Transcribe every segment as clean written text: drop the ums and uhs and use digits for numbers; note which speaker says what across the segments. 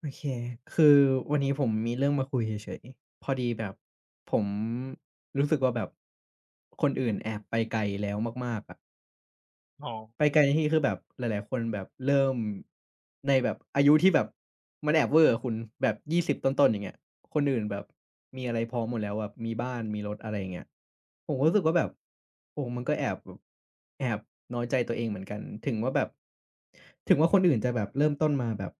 Speaker 1: โอเค คือวันนี้ผมมีเรื่องมาคุยเฉยๆพอดีแบบผมรู้สึกว่าแบบคนอื่นแอบไปไกลแล้วมากๆอะ
Speaker 2: อ๋อ
Speaker 1: ไปไกลในที่นี้คือแบบหลายๆคนแบบเริ่มในแบบอายุที่แบบมันแอบเวอร์อะคุณแบบ20ต้นๆอย่างเงี้ยคนอื่นแบบมีอะไรพร้อมหมดแล้วแบบมีบ้านมีรถอะไรอย่างเงี้ยผมก็
Speaker 2: อื
Speaker 1: รู้
Speaker 2: ม
Speaker 1: สึกว่าแบบโอ้มันก็แอบแบบแอบน้อยใจตัวเองเหมือนกันถึงว่าแบบถึงว่าคนอื่นจะแบบเริ่มต้นมาแบบ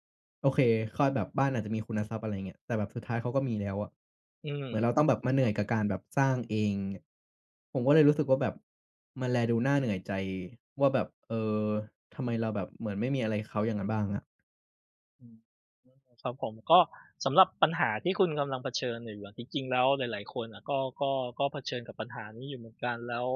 Speaker 1: โอเคเขาแบบบ้านอาจจะมีคุณทรัพย์อะไรอย่างเงี้ยแต่แบบสุดท้ายเขาก็มีแล้วอะ เหมือนเราต้องแบบมาเหนื่อยกับการแบบสร้างเองผมก็เลยรู้สึกว่าแบบมันแลดูน่าเหนื่อยใจว่าแบบทำไมเราแบบเหมือนไม่มีอะไรเขาอย่างนั้นบ้างอะ
Speaker 2: อืมหครับผมก็สำหรับปัญหาที่คุณกำลังเผชิญอยู่อะจริงๆแล้วหลายๆคนอะก็เผชิญกับปัญหานี้อยู่เหมือนกันแล้ว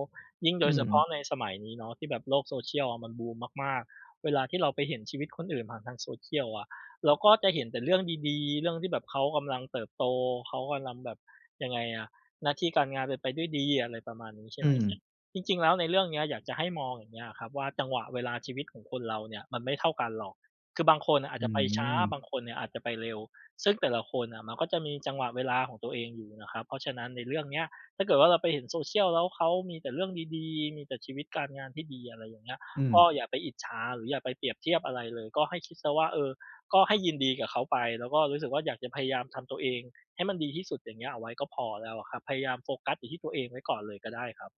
Speaker 2: ยิ่งโด
Speaker 1: อื
Speaker 2: ยเฉ
Speaker 1: ม
Speaker 2: พาะในสมัยนี้เนาะที่แบบโลก social อะมันบูมมากๆเวลาที่เราไปเห็นชีวิตคนอื่นผ่านทาง social อะเราก็จะเห็นแต่เรื่องดีๆเรื่องที่แบบเขากำลังเติบโตเขากำลังแบบยังไงอะหน้าที่การงานเป็นไปด้วยดีอะไรประมาณนี้ใช่ไหม
Speaker 1: อืม
Speaker 2: ซึ่งจริงๆแล้วในเรื่องเนี้ยอยากจะให้มองอย่างเงี้ยอะครับว่าจังหวะเวลาชีวิตของคนเราเนี่ยมันไม่เท่ากันหรอก คือบางคนอาจ
Speaker 1: อื
Speaker 2: จะไปช้า
Speaker 1: ม
Speaker 2: บางคนเนี่ยอาจจะไปเร็วซึ่งแต่ละคนน่ะมันก็จะมีจังหวะเวลาของตัวเองอยู่นะครับเพราะฉะนั้นในเรื่องเนี้ยถ้าเกิดว่าเราไปเห็น social แล้วเขามีแต่เรื่องดีๆมีแต่ชีวิตการงานที่ดีอะไรอย่างเงี้ย
Speaker 1: อืม
Speaker 2: ก็อย่าไปอิจฉาหรืออย่าไปเปรียบเทียบอะไรเลยก็ให้คิดเสียว่าเออก็ให้ยินดีกับเขาไปแล้วก็รู้สึกว่าอยากจะพยายามทำตัวเองให้มันดีที่สุดอย่างเงี้ยเอาไว้ก็พอแล้วอะครับพยายามโฟกัสอยู่ที่ตัวเองไว้ก่อนเลยก็ได้ครับ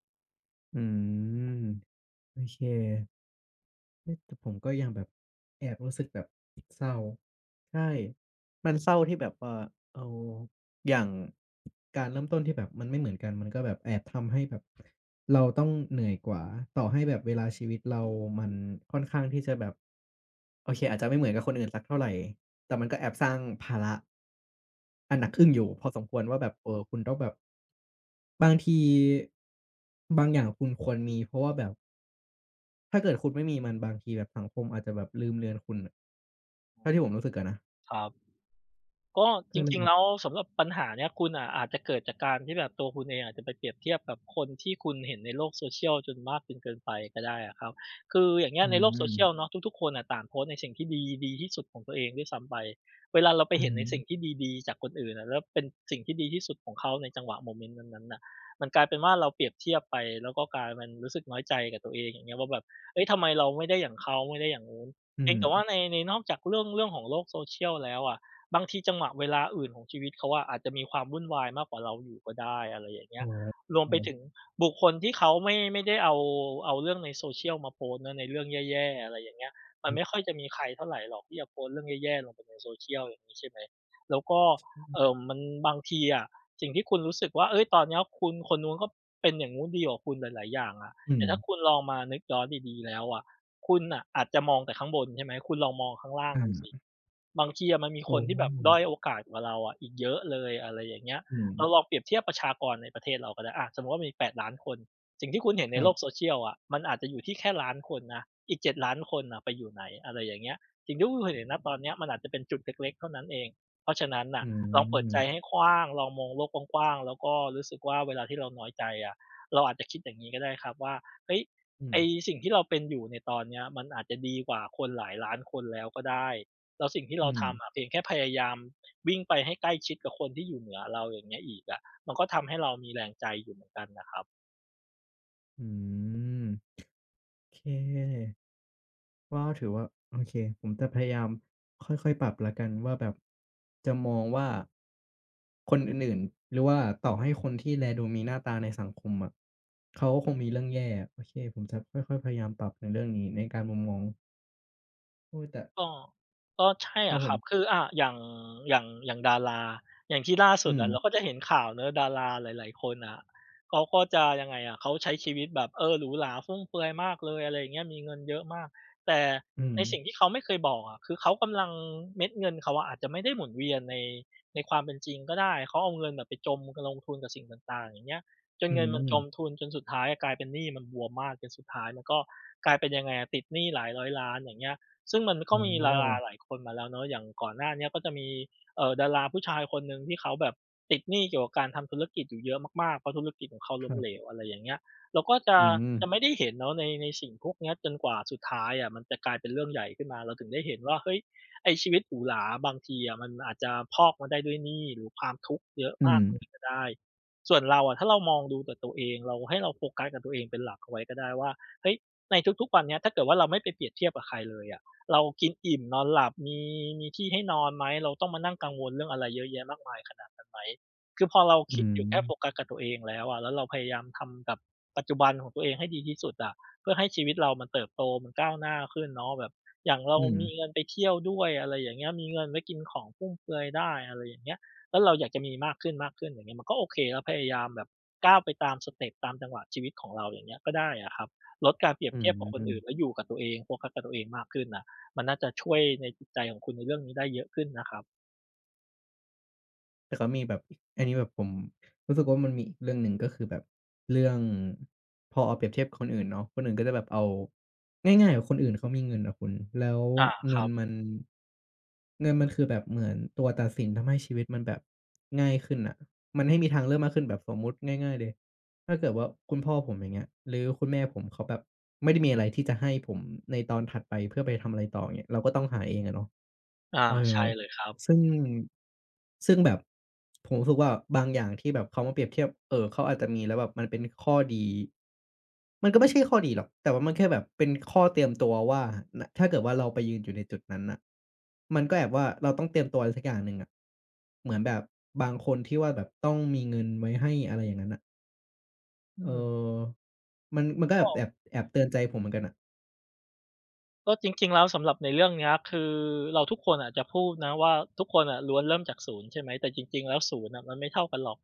Speaker 1: อืมโอเคเฮ้ยแต่ผมก็ยังแบบแอบรู้สึกแบบเศร้าใช่มันเศร้าที่แบบว่าเอออย่าง การเริ่มต้นที่แบบมันไม่เหมือนกันมันก็แบบแอบทำให้แบบเราต้องเหนื่อยกว่าต่อให้แบบเวลาชีวิตเรามันค่อนข้างที่จะแบบโอเคอาจจะไม่เหมือนกับคนอื่นสักเท่าไรแต่มันก็แอบสร้างภาระอันหนักอึ้งอยู่พอสมควรว่าแบบคุณต้องแบบบางทีบางอย่างคุณควรมีเพราะว่าแบบถ้าเกิดคุณไม่มีมันบางทีแบบสังคมอาจจะแบบลืมเลือนคุณน่ะเท่าที่ผมรู้สึกอะนะ
Speaker 2: ครับ ก็จ
Speaker 1: ก็เลย
Speaker 2: ริง
Speaker 1: แบ
Speaker 2: ๆ
Speaker 1: บ
Speaker 2: แล้วสำหรับปัญหาเนี้ยคุณอะอาจจะเกิดจากการที่แบบตัวคุณเองอาจจะไปเปรียบเทียบกับคนที่คุณเห็นในโลก social จนมากจนเกินไปก็ได้อะครับคืออย่างเงี้ย
Speaker 1: อื
Speaker 2: ในโลก social
Speaker 1: ม
Speaker 2: เนาะทุกๆคนน่ะต่างโพสต์ในสิ่งที่ดีดีที่สุดของตัวเองด้วยซ้ำไปเวลาเราไป
Speaker 1: อื
Speaker 2: เห็น
Speaker 1: ม
Speaker 2: ในสิ่งที่ดีๆจากคนอื่นอะแล้วเป็นสิ่งที่ดีที่สุดของเขาในจังหวะโมเมนต์นั้นๆน่ะมันกลายเป็นว่าเราเปรียบเทียบไปแล้วก็กลายเป็นรู้สึกน้อยใจกับตัวเองอย่างเงี้ยว่าแบบเฮ้ยทำไมเราไม่ได้อย่างเขาไม่ได้อย่างนู้น
Speaker 1: อื
Speaker 2: เพียงแต่ว่า
Speaker 1: ม
Speaker 2: ในนอกจากเรื่องของโลก social แล้วอะ บางทีจังหวะเวลาอื่นของชีวิตเขาอะอาจจะมีความวุ่นวายมากกว่าเราอยู่ก็ได้อะไรอย่างเงี้
Speaker 1: อ๋อ
Speaker 2: ยรว
Speaker 1: ค
Speaker 2: ม
Speaker 1: รั
Speaker 2: ไปถึง
Speaker 1: บ
Speaker 2: บุคคลที่เขาไม่ได้เอาเรื่องใน social มาโพสต์เนาะในเรื่องแย่ๆอะไรอย่างเงี้ยมันไม่ค่อยจะมีใครเท่าไรหรอกที่จะโพสต์เรื่องแย่ๆลงไปใน social อย่างงี้ใช่ไหมแล้วก็มันบางทีอะสิ่งที่คุณรู้สึกว่าเฮ้ยตอนเนี้ยคุณคนนู้นก็เป็นอย่างงู้นดีกว่าคุณหลายๆอย่างอะ
Speaker 1: อื
Speaker 2: แต่
Speaker 1: ม
Speaker 2: ถ้าคุณลองมานึกย้อนดีๆแล้วอะ คุณน่ะอาจจะมองแต่ข้างบนใช่ไหม คุณลองมองข้างล่าง
Speaker 1: อ
Speaker 2: ดูสิ
Speaker 1: า
Speaker 2: บางทีอะมันมีค
Speaker 1: โอ้
Speaker 2: นที่แบบด้อยโอกาสกว่าเราอะอีกเยอะเลยอะไรอย่างเงี้ย
Speaker 1: อืม
Speaker 2: เราลองเปรียบเทียบประชากรในประเทศเราก็ได้อะสมมุติว่ามีแ0 0 0 0านคน สิ่งที่คุณเห็น
Speaker 1: ค
Speaker 2: ใน
Speaker 1: รั
Speaker 2: โลก
Speaker 1: บ
Speaker 2: social อะมันอาจจะอยู่ที่แค่1้านคนนะอีก7็ดล้านคนน่ะไปอยู่ไหนอะไรอย่างเงี้ยสิ่งที่คุณเห็นณตอนเนี้ยมันอาจจะเป็นจุดเล็กๆเท่านั้นเองเพราะฉะนั้นน่ะ
Speaker 1: อื
Speaker 2: ลองเปิดใจให้
Speaker 1: ม
Speaker 2: กว้างลองมองโลกกว้างๆแล้วก็รู้สึกว่าเวลาที่เราน้อยใจอะเราอาจจะคิดอย่างงี้ก็ได้ครับว่าเฮ้ย
Speaker 1: อืม
Speaker 2: ไอ้สิ่งที่เราเป็นอยู่ในตอนเนี้ยมันอาจจะดีกว่าคนหลายล้านคนแล้วก็ได้แล้วสิ่งที่เรา
Speaker 1: อืม
Speaker 2: ทำอะเพียงแค่พยายามวิ่งไปให้ใกล้ชิดกับคนที่อยู่เหนือเราอย่างเงี้ยอีกอะมันก็ทำให้เรามีแรงใจอยู่เหมือนกันน่ะครับ
Speaker 1: อืมโอเคก็ถือว่าโอเคผมจะพยายามค่อยๆปรับแล้วกันว่าแบบจะมองว่าคนอื่นๆหรือว่าต่อให้คนที่แลดูมีหน้าตาในสังคมอะเขาก็คงมีเรื่องแย่โอเคผมจะค่อยๆพยายามปรับในเรื่องนี้ในการมุมมองโอ้แต่
Speaker 2: ก็ก็ใช่
Speaker 1: ครับ
Speaker 2: อะ
Speaker 1: ผ
Speaker 2: ค
Speaker 1: ม
Speaker 2: รับคืออย่างดาราอย่างที่ล่าสุด
Speaker 1: อืม
Speaker 2: อะเราก็จะเห็นข่าวเนาะดาราหลายๆคนอะเขาก็จะยังไงอะเขาใช้ชีวิตแบบเออหรูหราฟุ่มเฟือยมากเลยอะไรอย่างเงี้ยมีเงินเยอะมากแต่
Speaker 1: อืม
Speaker 2: ในสิ่งที่เขาไม่เคยบอกอะคือเขากำลังเม็ดเงินเขาอะอาจจะไม่ได้หมุนเวียนในในความเป็นจริงก็ได้เขาเอาเงินแบบไปจมลงทุนกับสิ่งต่างๆอย่างเงี้ยจน
Speaker 1: อื
Speaker 2: เงินมัน
Speaker 1: ม
Speaker 2: จมทุนจนสุดท้ายอะกลายเป็นหนี้มันบวมมากจนสุดท้ายมันก็กลายเป็นยังไงอะติดหนี้หลายร้อยล้านอย่างเงี้ย ซึ่งมันก็
Speaker 1: อ๋อ
Speaker 2: มีดาราหลายคนมาแล้วเนาะอย่างก่อนหน้าเนี้ยก็จะมีดาราผู้ชายคนหนึ่งที่เขาแบบติดหนี้เกี่ยวกับการทำธุรกิจอยู่เยอะมากๆเพราะธุรกิจของเขา
Speaker 1: ค
Speaker 2: ล้ม
Speaker 1: รั
Speaker 2: เหลว
Speaker 1: บ
Speaker 2: อะไรอย่างเงี้ยเราก็จะ
Speaker 1: อืม
Speaker 2: จะไม่ได้เห็นเนาะในสิ่งพวกเนี้ยจนกว่าสุดท้ายอะมันจะกลายเป็นเรื่องใหญ่ขึ้นมาเราถึงได้เห็นว่าเฮ้ยไอ้ชีวิตหรูหราบางทีอะมันอาจจะพอกมาได้ด้วยหนี้หรือความทุกข์เยอะ
Speaker 1: อื
Speaker 2: มา
Speaker 1: ม
Speaker 2: กเลยก็ได้ ส่วนเราอะถ้าเรามองดูแต่ตัวเองเราให้เราโฟกัสกับตัวเองเป็นหลักเอาไว้ก็ได้ว่าเฮ้ยในทุกๆวันเนี้ยถ้าเกิดว่าเราไม่ไปเปรียบเทียบกับใครเลยอะ เรากินอิ่มนอนหลับมีที่ให้นอนไหมเราต้องมานั่งกังวลเรื่องอะไรเยอะแยะมากมายขนาดนั้นไหมคือพอเรา
Speaker 1: อื
Speaker 2: คิดอ
Speaker 1: ม
Speaker 2: ยู่แค่โฟกัสกับตัวเองแล้วอะแล้วเราพยายามทำกับปัจจุบันของตัวเองให้ดีที่สุดอะเพื่อให้ชีวิตเรามันเติบโตมันก้าวหน้าขึ้นเนาะแบบอย่างเรา
Speaker 1: อืม
Speaker 2: มีเงินไปเที่ยวด้วยอะไรอย่างเงี้ยมีเงินไว้กินของฟุ่มเฟือยได้อะไรอย่างเงี้ยแล้วเราอยากจะมีมากขึ้นๆอย่างเงี้ยมันก็โอเคแล้วพยายามแบบก้าวไปตามสเต็ปตามจังหวะชีวิตของเราอย่างเงี้ยก็ได้อะครับลดการเปรียบ
Speaker 1: อื
Speaker 2: เทียบกับคนอื่นแล้ว
Speaker 1: ม
Speaker 2: อยู่กับตัวเองโฟกัสกับตัวเองมากขึ้นนะ มันน่าจะช่วยในจิตใจของคุณในเรื่องนี้ได้เยอะขึ้นนะครับ
Speaker 1: แต่ก็มีแบบอีกอันนี้แบบผมรู้สึกว่ามันมีอีกเรื่องหนึ่งก็คือแบบเรื่องพอเอาเปรียบเทียบกับคนอื่นเนาะคนอื่นก็จะแบบเอาง่ายๆอะคนอื่นเขามีเงินอะคุณแล้ว
Speaker 2: อาค
Speaker 1: เงิ
Speaker 2: รั
Speaker 1: น
Speaker 2: บ
Speaker 1: มันเงินมันคือแบบเหมือนตัวตัดสินทำให้ชีวิตมันแบบง่ายขึ้นน่ะมันให้มีทางเลือกมากขึ้นแบบสมมุติง่ายๆเลยถ้าเกิดว่าคุณพ่อผมอย่างเงี้ยหรือคุณแม่ผมเขาแบบไม่ได้มีอะไรที่จะให้ผมในตอนถัดไปเพื่อไปทำอะไรต่ออย่างเงี้ยเราก็ต้องหาเองอะเนาะ
Speaker 2: อา
Speaker 1: เออ
Speaker 2: ใช่เลยครับ
Speaker 1: ซึ่งซึ่งแบบผมรู้สึกว่าบางอย่างที่แบบเขามาเปรียบเทียบเขาอาจจะมีแล้วแบบมันเป็นข้อดีมันก็ไม่ใช่ข้อดีหรอกแต่ว่ามันแค่แบบเป็นข้อเตรียมตัวว่านถ้าเกิดว่าเราไปยืนอยู่ในจุดนั้นน่ะมันก็แบบว่าเราต้องเตรียมตัวอะไรสักอย่างหนึ่งอะเหมือนแบบบางคนที่ว่าแบบต้องมีเงินไว้ให้อะไรอย่างนั้นน่ะ
Speaker 2: อื
Speaker 1: เ
Speaker 2: ม
Speaker 1: ออมันมันก็แบ
Speaker 2: ก็
Speaker 1: บแอบแอบเตือนใจผมเหมือนกันน่ะ
Speaker 2: ก็จริงๆแล้วสำหรับในเรื่องเนี้ยคือเราทุกคนอาจจะพูดนะว่าทุกคนอะล้วนเริ่มจากศูนย์ใช่ไหมแต่จริงๆแล้วศูนย์น่ะมันไม่เท่ากันหรอก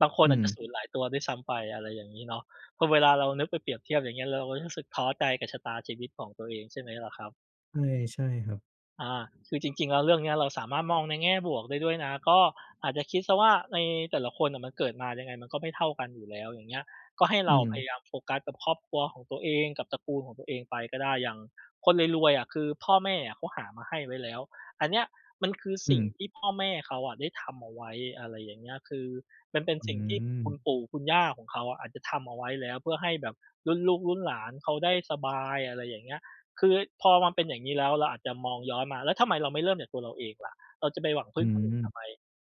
Speaker 2: บางคน
Speaker 1: อื
Speaker 2: อาจ
Speaker 1: ม
Speaker 2: จะศูนย์หลายตัวด้วยซ้ำไปอะไรอย่างงี้เนาะพอเวลาเรานึกไปเปรียบเทียบอย่างเงี้ยเราก็รู้สึกท้อใจกับชะตาชีวิตของตัวเองใช่ไหมล่ะครับ
Speaker 1: ใช่ใช่ครับ
Speaker 2: อาคือจริงๆแล้วเรื่องเนี้ยเราสามารถมองในแง่บวกได้ด้วยนะก็อาจจะคิดเสียว่าในแต่ละคนน่ะมันเกิดมายังไงมันก็ไม่เท่ากันอยู่แล้วอย่างเงี้ยก็ให้เรา
Speaker 1: อืม
Speaker 2: พยายามโฟกัสกับครอบครัวของตัวเองกับตระกูลของตัวเองไปก็ได้อย่างคนรวยๆอะคือพ่อแม่อะเขาหามาให้ไว้แล้วอันเนี้ยมันคือ
Speaker 1: อื
Speaker 2: สิ่ง
Speaker 1: ม
Speaker 2: ที่พ่อแม่เขาอะได้ทำเอาไว้อะไรอย่างเงี้ยคือมันเป็น
Speaker 1: อื
Speaker 2: สิ่งที่
Speaker 1: ม
Speaker 2: คุณปู่คุณย่าของเขาอะอาจจะทำเอาไว้แล้วเพื่อให้แบบรุ่นลูกรุ่นหลานเขาได้สบายอะไรอย่างเงี้ย คือพอมันเป็นอย่างนี้แล้วเราอาจจะมองย้อนมาแล้วทำไมเราไม่เริ่มจากตัวเราเองล่ะเราจะไปหวังพึ่
Speaker 1: อื
Speaker 2: งคนอื่น
Speaker 1: ม
Speaker 2: ทำไม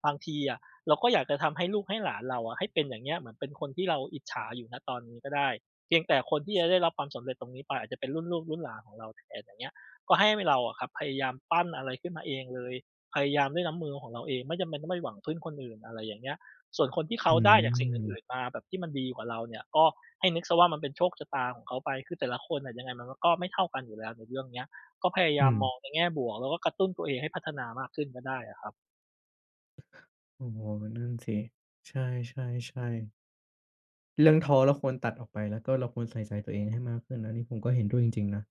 Speaker 2: บางทีอะเราก็อยากจะทำให้ลูกให้หลานเราอะให้เป็นอย่างเงี้ยเหมือนเป็นคนที่เราอิจฉาอยู่ณตอนนี้ก็ได้เพียงแต่คนที่จะได้รับความสำเร็จตรงนี้ไปอาจจะเป็นรุ่นลูกรุ่นหลานของเราแทนอย่างเงี้ยก็ให้เราอะครับพยายามปั้นอะไรขึ้นมาเองเลยพยายามด้วยน้ำมือของเราเองไม่จำเป็นต้องไปหวังพึ่งคนอื่นอะไรอย่างเงี้ยส่วนคนที่เขา
Speaker 1: อื
Speaker 2: ได้จากสิ่งอื่น
Speaker 1: ม
Speaker 2: ๆมาแบบที่มันดีกว่าเราเนี่ยก็ ให้นึกเสียว่ามันเป็นโชคชะตาของเขาไป คือแต่ละคนน่ะยังไงมันก็ไม่เท่ากันอยู่แล้วในเรื่องเนี้ยก็พยา
Speaker 1: อื
Speaker 2: ยาม
Speaker 1: ม
Speaker 2: มองในแง่บวกแล้วก็กระตุ้นตัวเองให้พัฒนามากขึ้นก็ได้อะครับ
Speaker 1: โอ้โฮนั่นสิ ใช่ๆๆเรื่องท้อเราควรตัดออกไปแล้วก็เราควรใส่ใจตัวเองให้มากขึ้นอันนี้ผมก็เห็นด้วยจริงๆนะ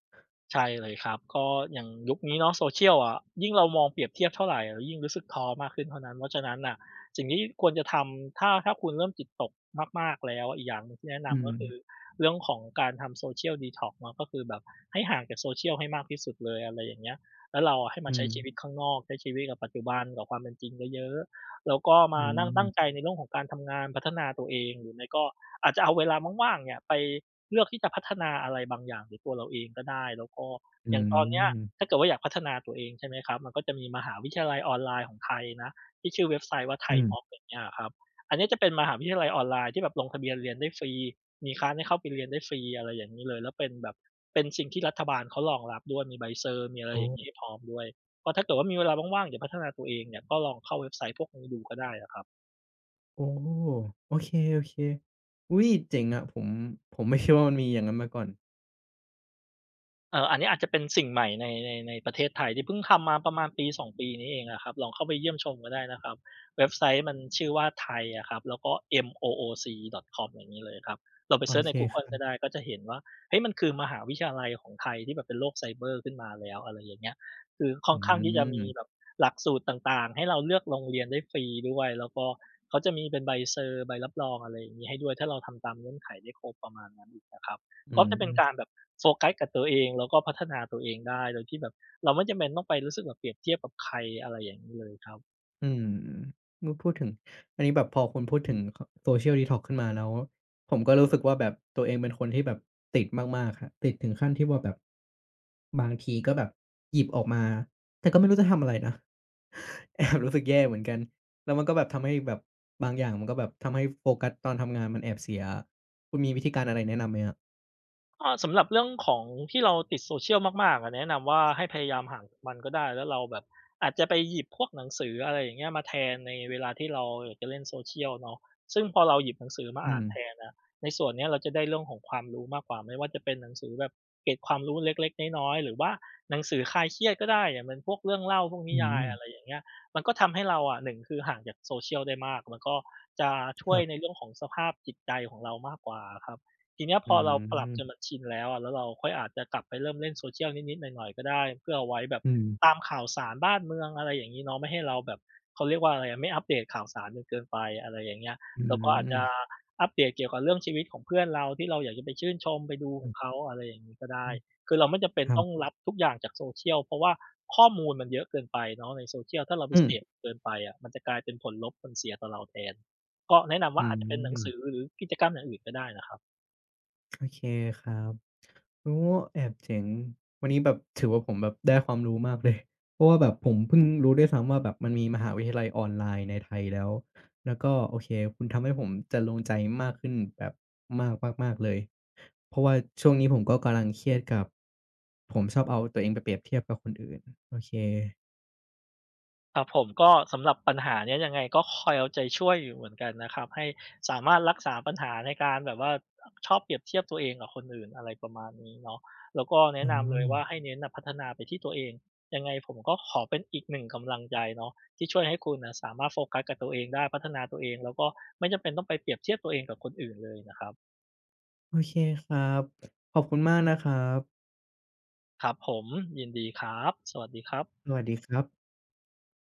Speaker 2: ใช่เลยครับก็อย่างยุคนี้เนาะ Social อะยิ่งเรามองเปรียบเทียบเท่าไรเรายิ่งรู้สึกท้อมากขึ้นเท่านั้นเพราะฉะนั้นน่ะสิ่งที่ควรจะทำถ้าคุณเริ่มจิตตกมากๆแล้วอีกอย่างหนึ่งที่แนะ
Speaker 1: อื
Speaker 2: นำก็คือ
Speaker 1: ม
Speaker 2: เรื่องของการทำ Social Detox เนาะก็คือแบบให้ห่างจาก Social ให้มากที่สุดเลยอะไรอย่างเงี้ยแล้วเราอะให้มา
Speaker 1: อื
Speaker 2: ใช้ชีวิต
Speaker 1: ม
Speaker 2: ข้างนอกใช้ชีวิตกับปัจจุบันกับความเป็นจริงเยอะๆแล้วก็
Speaker 1: อื
Speaker 2: มานั่งตั้ง
Speaker 1: ม
Speaker 2: ใจในเรื่องของการทำงานพัฒนาตัวเองหรือไม่ก็อาจจะเอาเวลาว่างๆเนี่ยไป เลือกที่จะพัฒนาอะไรบางอย่างในตัวเราเองก็ได้แล้วก็
Speaker 1: อื
Speaker 2: อย่างตอนเนี้ยถ้า
Speaker 1: ม
Speaker 2: เกิดว่าอยากพัฒนาตัวเองใช่ไหมครับมันก็จะมีมหาวิทยาลัยออนไลน์ของไทยนะที่ชื่อเว็บไซต์ว่า
Speaker 1: อื
Speaker 2: Thai
Speaker 1: ม
Speaker 2: Mock อย่างเงี้ยอะครับอันเนี้ยจะเป็นมหาวิทยาลัยออนไลน์ที่แบบลงทะเบียนเรียนได้ฟรีมีคลาสให้เข้าไปเรียนได้ฟรีอะไรอย่างงี้เลยแล้วเป็นแบบเป็นสิ่งที่รัฐบาลเขารองรับด้วยมีใบเซอร์มีอะไร
Speaker 1: โอ้
Speaker 2: อย่างงี้ให้พร้อมด้วยก็ถ้าเกิดว่ามีเวลาว่างๆอยากพัฒนาตัวเองเนี่ยก็ลองเข้าเว็บไซต์พวกนี้ดูก็ได้อะครับ
Speaker 1: โอ้โอเคๆอุ๊ยเจ๋งอะผมผมไม่ คิดว่ามันมีอย่างนั้นมาก่อน
Speaker 2: อันนี้อาจจะเป็นสิ่งใหม่ในประเทศไทยที่เพิ่งทำมาประมาณปสอ2ปีนี้เองอะครับลองเข้าไปเยี่ยมชมก็ได้นะครับเว็บไซต์มันชื่อว่า Thai อะครับแล้วก็ mooc.com อย่างงี้เลยครับเราไป
Speaker 1: โอ
Speaker 2: เซิร์ชใน
Speaker 1: เค
Speaker 2: กู
Speaker 1: ค
Speaker 2: เกิล
Speaker 1: รับ
Speaker 2: ก็ได้ก็จะเห็นว่าเฮ้ยมันคือมหาวิทยาลัยของไทยที่แบบเป็นโลกไซเบอร์ขึ้นมาแล้วอะไรอย่างเงี้ยคือค่อ
Speaker 1: อื
Speaker 2: นข้างที่จะมี
Speaker 1: ม
Speaker 2: แบบหลักสูตรต่างๆให้เราเลือกโรงเรียนได้ฟรีด้วยแล้วก็เขาจะมีเป็นใบเซอร์ใบรับรองอะไรอย่างงี้ให้ด้วยถ้าเราทำตามเงื่อนไขได้ครบประมาณนั้นอีกนะครับ
Speaker 1: อื
Speaker 2: ก็จะเป็น
Speaker 1: ม
Speaker 2: การแบบ โฟกัสกับตัวเองแล้วก็พัฒนาตัวเองได้โดยที่แบบเราไม่จำเป็นต้องไปรู้สึกแบบเปรียบเทียบกับใครอะไรอย่างงี้เลยครับ
Speaker 1: อืมเมื่อพูดถึงอันนี้แบบพอคุณพูดถึงค Social Detox ขึ้นมาแล้วผมก็รู้สึกว่าแบบตัวเองเป็นคนที่แบบติดมากๆครับติดถึงขั้นที่ว่าแบบบางทีก็แบบหยิบออกมาแต่ก็ไม่รู้จะทำอะไรนะ แอบรู้สึกแย่เหมือนกันแล้วมันก็แบบทำให้แบบบางอย่างมันก็แบบทำให้โฟกัสตอนทำงานมันแอบเสียคุณมีวิธีการอะไรแนะนำไหมครับ
Speaker 2: ก็สำหรับเรื่องของที่เราติด social มากๆอะแนะนำว่าให้พยายามห่างจากมันก็ได้แล้วเราแบบอาจจะไปหยิบพวกหนังสืออะไรอย่างเงี้ยมาแทนในเวลาที่เราอยากจะเล่นโซเชียลเนาะซึ่งพอเราหยิบหนังสือมา
Speaker 1: อื
Speaker 2: อ่าน
Speaker 1: ม
Speaker 2: แทนอะในส่วนเนี้ยเราจะได้เรื่องของความรู้มากกว่าไม่ว่าจะเป็นหนังสือแบบเกร็ดความรู้เล็กๆน้อยๆหรือว่าหนังสือคลายเครียดก็ได้อย่างเป็นพวกเรื่องเล่าพวกนิ
Speaker 1: อื
Speaker 2: ยา
Speaker 1: ม
Speaker 2: ยอะไรอย่างเงี้ยมันก็ทำให้เราอะหนึ่งคือห่างจากโซเ c ีย l ได้มากมันก็จะช่
Speaker 1: ค
Speaker 2: วย
Speaker 1: รั
Speaker 2: ใน
Speaker 1: บ
Speaker 2: เรื่องของสภาพจิตใจของเรามากกว่าอะครับ ทีเนี้ยพ
Speaker 1: อื
Speaker 2: อเราปรับจนมั
Speaker 1: ม
Speaker 2: นชินแล้วอะแล้วเราค่อยอาจจะกลับไปเริ่มเล่น social นิดๆหน่อยๆก็ได้ เพื่อเอาไว้แบบ
Speaker 1: อื
Speaker 2: ตาม
Speaker 1: ม
Speaker 2: ข่าวสารบ้านเมืองอะไรอย่างงี้เนาะไม่ให้เราแบบเขาเรียกว่าอะไรอะไม่อัปเดตข่าวสารจนเกินไปอะไรอย่างเงี้ย
Speaker 1: อื
Speaker 2: เราก็อาจจะ
Speaker 1: ม
Speaker 2: อัปเดตเกี่ยวกับเรื่องชีวิตของเพื่อนเราที่เราอยากจะไปชื่นชมไปดูข
Speaker 1: อื
Speaker 2: องเขาอะไรอย่างงี้ก็ได้
Speaker 1: ม
Speaker 2: คือเราไม่จำเป็น
Speaker 1: ครั
Speaker 2: ต้อง
Speaker 1: บ
Speaker 2: รับทุกอย่างจาก social เพราะว่าข้อมูลมันเยอะเกินไปเนาะใน social ถ้าเราไป
Speaker 1: อื
Speaker 2: เส
Speaker 1: ม
Speaker 2: พเกินไปอะมันจะกลายเป็นผลลบผลเสียต่อเราแทนก็แนะนำ
Speaker 1: อื
Speaker 2: ว่าอาจจะเป็นหนังสือ
Speaker 1: ม
Speaker 2: หรือกิจกรรมอย่างอื่นก็ได้นะครับ
Speaker 1: โอเคครับโอ้แอบเจ๋งวันนี้แบบถือว่าผมแบบได้ความรู้มากเลย เพราะว่าแบบผมเพิ่งรู้ด้วยซ้ำว่าแบบมันมีมหาวิทยาลัยออนไลน์ในไทยแล้ว แล้วก็โอเคคุณทำให้ผมจะลงใจมากขึ้นแบบมากมากๆเลย เพราะว่าช่วงนี้ผมก็กำลังเครียดกับผมชอบเอาตัวเองไปเปรียบเทียบกับคนอื่นโอเค
Speaker 2: ครับผมก็สำหรับปัญหาเนี้ยยังไงก็คอยเอาใจช่วยอยู่เหมือนกันนะครับให้สามารถรักษาปัญหาในการแบบว่าชอบเปรียบเทียบตัวเองกับคนอื่นอะไรประมาณนี้เนาะแล้วก็แนะ
Speaker 1: อ๋อ
Speaker 2: นำเลยว่าให้เน้นน่ะพัฒนาไปที่ตัวเองยังไงผมก็ขอเป็นอีกหนึ่งกำลังใจเนาะที่ช่วยให้คุณน่ะสามารถโฟกัสกับตัวเองได้พัฒนาตัวเองแล้วก็ไม่จำเป็นต้องไปเปรียบเทียบตัวเองกับคนอื่นเลยนะครับ
Speaker 1: โอเคครับขอบคุณมากนะครับ
Speaker 2: ครับผมยินดีครับสวัสดีครับ
Speaker 1: สวัสดีครับ